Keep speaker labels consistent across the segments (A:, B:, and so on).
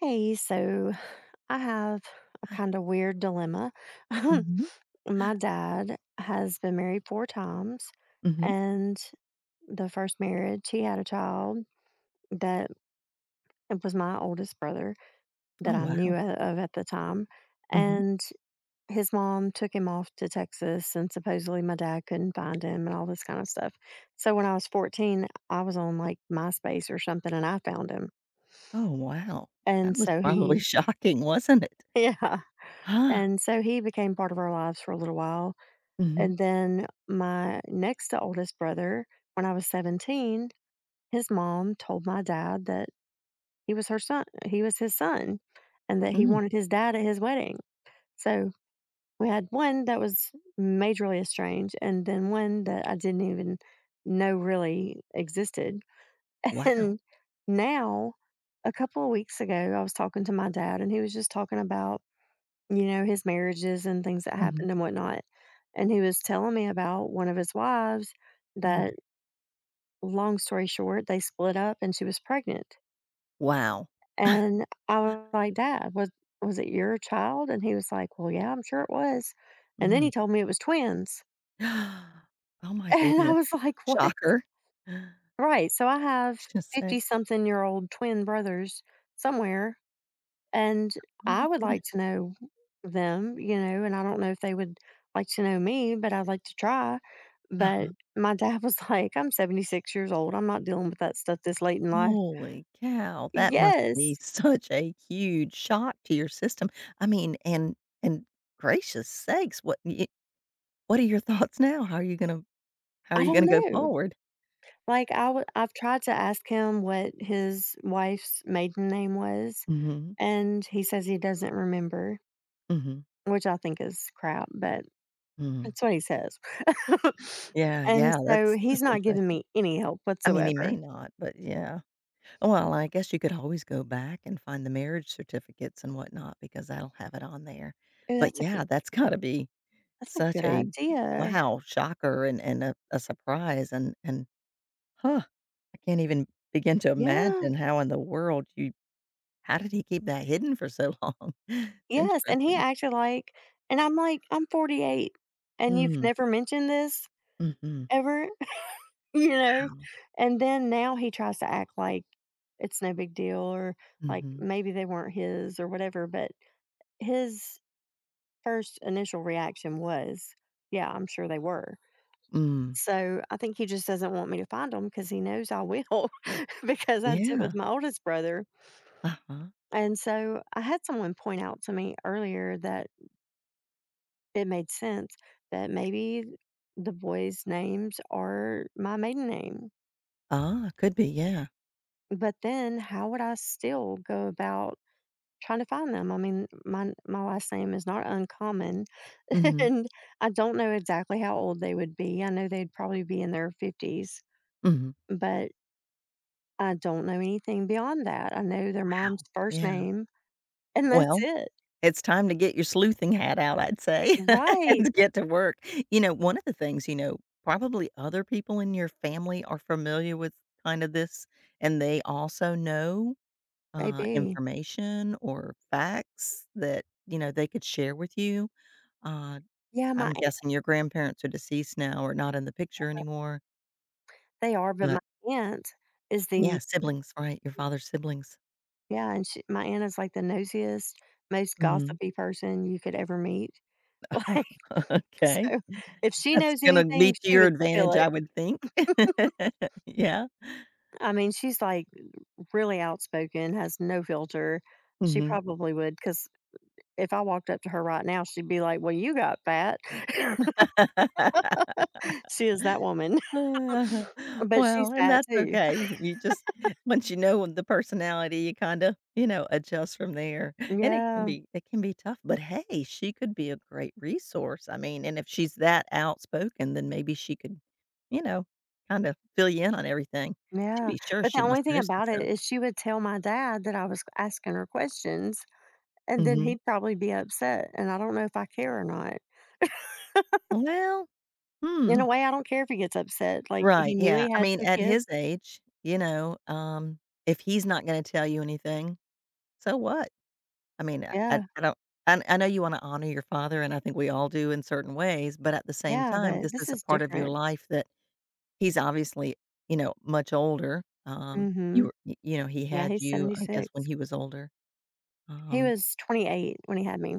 A: Hey, so I have a
B: Hi.
A: kind of weird dilemma.
B: Mhm.
A: My dad has been married four times,
B: Mhm.
A: and the first marriage, he had a child that it was my oldest brother that
B: Oh,
A: I knew
B: wow.
A: a- of at the time.
B: Mm. Mhm.
A: And his mom took him off to Texas, and supposedly my dad couldn't find him and all this kind of stuff. So when I was 14, I was on like MySpace or something, and I found him.
B: Oh, wow. That
A: And
B: was
A: so
B: probably
A: he,
B: shocking, wasn't it?
A: yeah.
B: Huh.
A: And so he became part of our lives for a little while.
B: Mm. Mhm.
A: And then my next to oldest brother, when I was 17, his mom told my dad that he was his son, and that he
B: Mm.
A: wanted his dad at his wedding. So we had one that was majorly estranged, and then one that I didn't even know really existed.
B: Wow.
A: And now, a couple of weeks ago, I was talking to my dad, and he was just talking about, you know, his marriages and things that
B: Mhm.
A: happened and whatnot, and he was telling me about one of his wives
B: Mm.
A: that, long story short, they split up and she was pregnant,
B: Wow.
A: and I was like, "Dad, was it your child?" And he was like, "Well, yeah, I'm sure it was," and then
B: Mm.
A: he told me it was twins,
B: Oh my
A: and I
B: goodness.
A: was like, "What?"
B: Shocker.
A: Right, so I have
B: Just sex.
A: 50-something-year-old twin brothers somewhere. And
B: Oh my
A: I would
B: goodness.
A: like to know them, you know, and I don't know if they would like to know me, but I'd like to try. But
B: Uh-huh.
A: my dad was like, I'm 76 years old. I'm not dealing with that stuff this late in life.
B: Holy cow. That must be
A: Yes.
B: such a huge shock to your system. I mean, and gracious sakes, what are your thoughts now? How are you gonna
A: I don't
B: go
A: know.
B: forward?
A: I've tried to ask him what his wife's maiden name was,
B: Mhm.
A: and he says he doesn't remember,
B: Mhm,
A: which I think is crap, but
B: mhm.
A: that's what he says.
B: Yeah,
A: And
B: yeah,
A: so
B: that's
A: he's
B: that's
A: not giving
B: interesting.
A: me any help
B: I mean, he may
A: whatsoever.
B: not, but yeah. Well, I guess you could always go back and find the marriage certificates and whatnot because that'll have it on there.
A: Oh,
B: But
A: that's a good—
B: yeah, that's gotta be
A: that's a
B: such
A: good
B: a
A: idea.
B: wow, shocker and a surprise huh, I can't even begin to
A: Yeah.
B: imagine how in the world you how did he keep that hidden for so long? It's
A: Yes, and he
B: interesting.
A: acted like— and I'm like, "I'm 48 and you've
B: Mm,
A: never mentioned this
B: mhm.
A: ever," you know?
B: Wow.
A: And then now he tries to act like it's no big deal, or like
B: Mhm.
A: maybe they weren't his or whatever, but his first initial reaction was, "Yeah, I'm sure they were."
B: Mm.
A: So I think he just doesn't want me to find them because he knows I will because I did
B: Yeah.
A: with my oldest brother.
B: Uh-huh.
A: And so I had someone point out to me earlier that it made sense that maybe the boys' names are my maiden name.
B: Ah, could be, yeah.
A: But then how would I still go about trying to find them? I mean, my last name is not uncommon,
B: Mhm,
A: and I don't know exactly how old they would be. I know they'd probably be in their 50s,
B: mhm.
A: but I don't know anything beyond that. I know their mom's
B: Wow.
A: first
B: Yeah.
A: name, and that's
B: Well,
A: it.
B: it's time to get your sleuthing hat out, I'd say,
A: Right.
B: and get to work. One of the things, probably other people in your family are familiar with kind of this, and they also know,
A: Maybe.
B: information or facts that, they could share with you. Uh,
A: Yeah, my
B: I'm
A: aunt—
B: guessing your grandparents are deceased now or not in the picture anymore,
A: they are, but
B: but
A: my aunt is the—
B: yeah, siblings, right? Your father's siblings.
A: yeah, and she— my aunt is, like, the nosiest, most
B: Mhm.
A: gossipy person you could ever meet, like,
B: Okay.
A: so if she
B: That's
A: knows
B: gonna be
A: anything,
B: to
A: she
B: your
A: would spill
B: advantage,
A: it.
B: I would think. Yeah.
A: I mean, she's, like, really outspoken, has no filter. She
B: Mhm.
A: probably would, because if I walked up to her right now, she'd be like, "Well, you got fat." She is that woman,
B: Uh,
A: but she's
B: well, and
A: fat
B: that's
A: too.
B: okay. You just once you know the personality, you kinda, you know, adjust from there, and it can
A: Yeah,
B: be it can be tough, but hey, she could be a great resource. I mean, and if she's that outspoken, then maybe she could, you know, kinda fill you in on everything. To
A: yeah,
B: be sure,
A: but
B: she
A: the
B: must
A: only thing
B: know some
A: about it
B: stuff.
A: is she would tell my dad that I was asking her questions, and then
B: Mhm.
A: he'd probably be upset, and I don't know if I care or not.
B: Well, hmm.
A: In a way, I don't care if he gets upset, like, he
B: Right,
A: knew
B: yeah.
A: he
B: I
A: had
B: mean,
A: two
B: at his
A: kids.
B: age, if he's not gonna tell you anything, so what? I mean, I I
A: Yeah,
B: I don't. I know you wanna honor your father, and I think we all do in certain ways, but at the same
A: yeah,
B: time,
A: but
B: this
A: this
B: is a
A: is
B: part of your
A: different.
B: life that he's obviously, much older. You
A: Mhm.
B: were y You know, he
A: Yeah,
B: had
A: he's
B: you, I guess,
A: 76.
B: when he was older.
A: He
B: Um,
A: was 28 when he had me,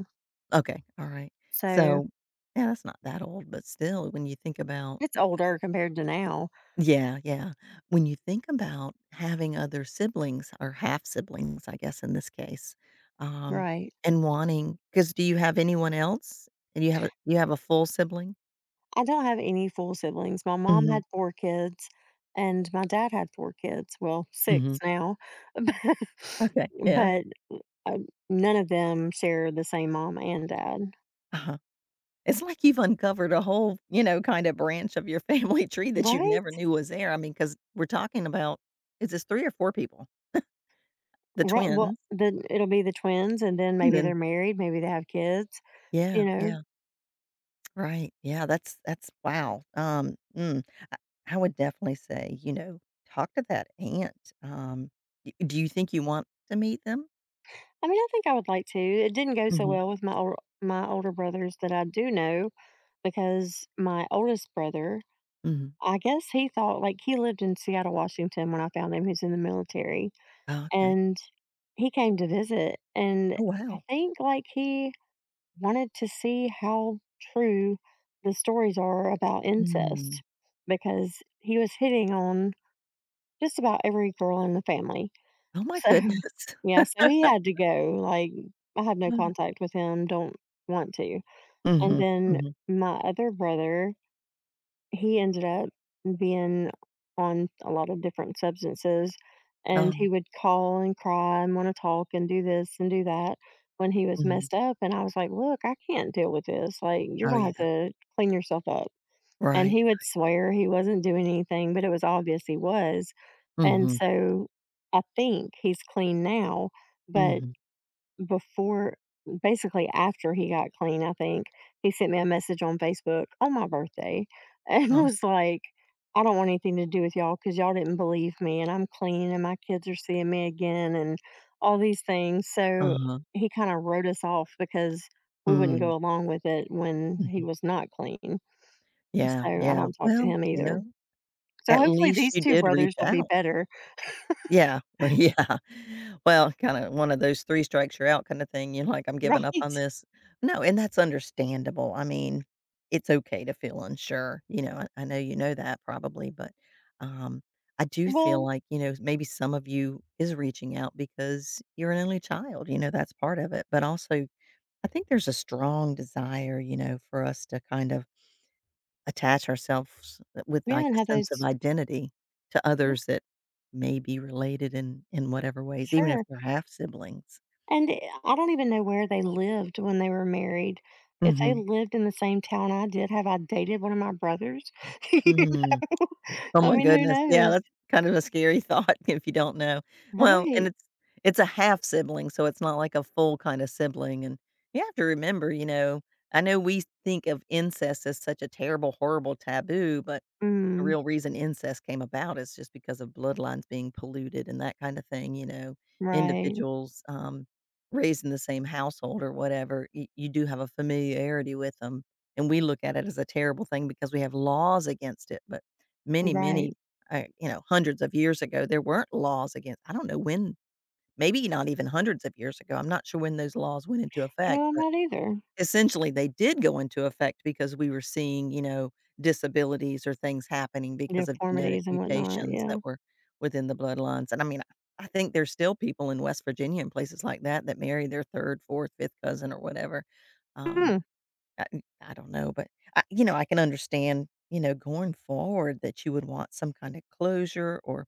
B: okay, alright.
A: so
B: So, yeah, that's not that old, but still, when you think about.
A: it's older compared to now.
B: Yeah, yeah. When you think about having other siblings or half siblings, I guess, in this case, um,
A: Right.
B: and wanting, because do you have anyone else? And you have a full sibling?
A: I don't have any full siblings. My mom
B: Mhm,
A: had four kids, and my dad had four kids. Well,
B: mhm.
A: six now, but
B: Okay, yeah,
A: but, uh, none of them share the same mom and dad.
B: uh-huh. It's like you've uncovered a whole, you know, kinda branch of your family tree that you never
A: Right?
B: knew was there. I mean, because 'cause we're talking about. Is this three or four people? The
A: Right, well,
B: twins,
A: then it'll be the twins, and then
B: and
A: maybe
B: then
A: they're married, maybe they have kids,
B: yeah,
A: you know?
B: yeah. Right. Yeah, that's wow. I, I would definitely say, you know, talk to that aunt. Do you think you want to meet them?
A: I mean, I think I would like to. It didn't go so
B: Mhm.
A: well with my older brothers that I do know because my oldest brother,
B: Mhm.
A: I guess he thought like, he lived in Seattle, Washington when I found him, he's in the military,
B: Oh, okay.
A: and he came to visit, and
B: Oh,
A: I
B: wow.
A: think, like, he wanted to see how true the stories are about incest,
B: Mm.
A: because he was hitting on just about every girl in the family.
B: Oh my
A: So,
B: goodness.
A: yeah, so he had to go, like, I have no contact with him, don't want to. And
B: Mhm.
A: then
B: Mhm.
A: my other brother, he ended up being on a lot of different substances, and
B: Oh.
A: he would call and cry and wanna talk and do this and do that when he was
B: Mhm.
A: messed up, and I was like, "Look, I can't deal with this, like, you're
B: Oh
A: gonna
B: yeah.
A: have to clean yourself up." And
B: Right.
A: he would swear he wasn't doing anything, but it was obvious he was. And
B: Mhm.
A: so I think he's clean now, but
B: Mhm.
A: before— basically after he got clean, I think he sent me a message on Facebook on my birthday and
B: Oh.
A: was like, I don't want anything to do with y'all because y'all didn't believe me and I'm clean and my kids are seeing me again and all these things. So
B: Uh-huh.
A: he kind of wrote us off because we wouldn't
B: Mm.
A: go along with it when he
B: Mhm.
A: was not clean.
B: Yeah,
A: So, I
B: yeah.
A: don't talk to
B: Well,
A: him
B: you
A: either.
B: know,
A: So,
B: at
A: hopefully
B: least
A: these
B: you
A: two
B: did reach
A: brothers will be
B: out.
A: better,
B: Yeah. Well, yeah. Well, kinda one of those three strikes, you're out kinda thing. You're like, "I'm giving up on
A: right?
B: this." No, and that's understandable. I mean, it's okay to feel unsure, I know you know that probably, but, um, I do feel
A: Well,
B: like, maybe some of you is reaching out because you're an only child, that's part of it, but also, I think there's a strong desire, for us to kind of attach ourselves with,
A: yeah,
B: like,
A: and have
B: a sense of
A: those—
B: identity to
A: yeah,
B: others that may be related in whatever ways, even if
A: sure,
B: they're half siblings.
A: and, eh, I don't even know where they lived when they were married. If they
B: Mhm.
A: lived in the same town I did, have I dated one of my brothers? You
B: Mm.
A: know?
B: Oh
A: I
B: my
A: mean, who
B: goodness. Yeah,
A: knows?
B: that's kind of a scary thought if you don't know. Well, and
A: Right.
B: it's a half sibling, so it's not like a full kinda sibling, and you have to remember, I know we think of incest as such a terrible, horrible taboo, but the
A: Mm,
B: real reason incest came about is just because of bloodlines being polluted and that kind of thing,
A: right,
B: individuals, raised in the same household or whatever, you do have a familiarity with them. And we look at it as a terrible thing because we have laws against it. But many, many,
A: right.
B: hundreds of years ago, there weren't laws against, I don't know when, maybe not even hundreds of years ago. I'm not sure when those laws went into
A: You
B: effect.
A: know, I'm not either.
B: Essentially, they did go into effect because we were seeing, you know, disabilities or things happening because of genetic
A: Deformities and whatnot,
B: mutations
A: yeah.
B: that were within the bloodlines, and I mean, I think there's still people in West Virginia and places like that that marry their third, fourth, fifth cousin or whatever. Um,
A: Hmm,
B: I don't know, but I can understand, going forward, that you would want some kind of closure or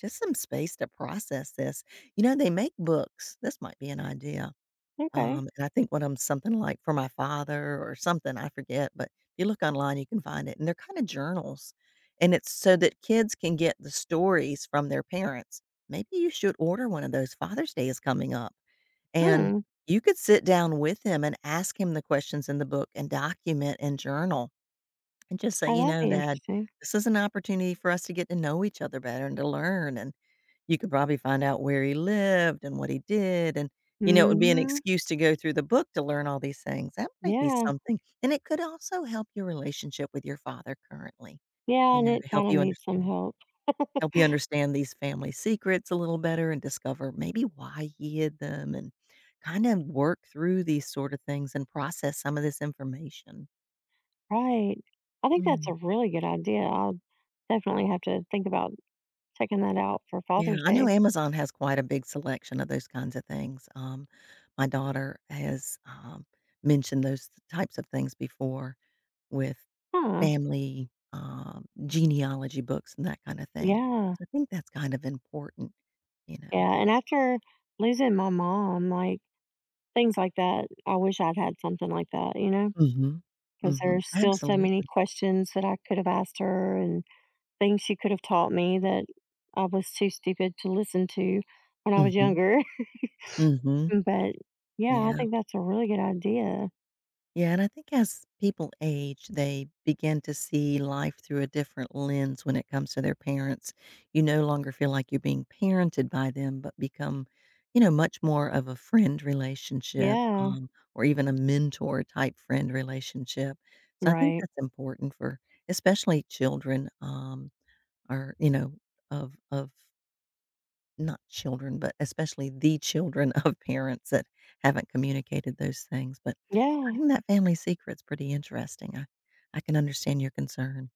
B: just some space to process this. You know, they make books. This might be an idea.
A: okay.
B: And I think one of them, something like "For My Father" or something, I forget, but if you look online, you can find it, and they're kinda journals, and it's so that kids can get the stories from their parents. Maybe you should order one of those. Father's Day is coming up, and
A: Hmm.
B: you could sit down with him and ask him the questions in the book and document and journal and just say,
A: Oh,
B: "You
A: that'd
B: know,
A: be
B: dad,
A: interesting.
B: this is an opportunity for us to get to know each other better and to learn, and you could probably find out where he lived and what he did, and, you know, it would be an
A: Mhm.
B: excuse to go through the book to learn all these things." That might be
A: Yeah.
B: something, and it could also help your relationship with your father currently,
A: Yeah, and it
B: to help
A: kinda
B: you
A: needs some
B: understand
A: help.
B: these family secrets a little better and discover maybe why he hid them and kind of work through these sort of things and process some of this information.
A: Right. I think that's
B: Mm.
A: a really good idea. I'll definitely have to think about checking that out for
B: Yeah,
A: Father's
B: I know
A: Day.
B: Amazon has quite a big selection of those kinds of things. My daughter has, mentioned those types of things before with
A: Huh.
B: family, genealogy books and that kinda thing.
A: Yeah.
B: So I think that's kind of important, you know?
A: Yeah, and after losing my mom, like, things like that, I wish I'd had something like that, you know, because
B: Mhm. Mhm.
A: there's still so many
B: Absolutely.
A: questions that I could have asked her and things she could have taught me that I was too stupid to listen to when I was
B: Mhm.
A: younger.
B: Mhm.
A: But, yeah, I
B: Yeah.
A: think that's a really good idea.
B: Yeah, and I think as people age, they begin to see life through a different lens when it comes to their parents. You no longer feel like you're being parented by them, but become, much more of a friend relationship,
A: Yeah.
B: or even a mentor type friend relationship. So I think
A: Right.
B: that's important for especially children, or, of not children, but especially the children of parents that haven't communicated those things. But I
A: Yeah.
B: think that family secret's pretty interesting. I can understand your concern.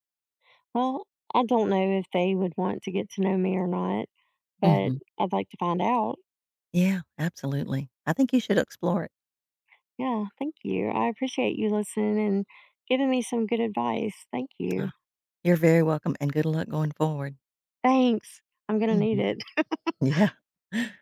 A: Well, I don't know if they would want to get to know me or not, but
B: Mhm.
A: I'd like to find out.
B: Yeah, absolutely. I think you should explore it.
A: Yeah, thank you. I appreciate you listening and giving me some good advice. Thank
B: Uh,
A: you.
B: you're very welcome, and good luck going forward.
A: Thanks. I'm going to need
B: Mhm.
A: it.
B: Yeah.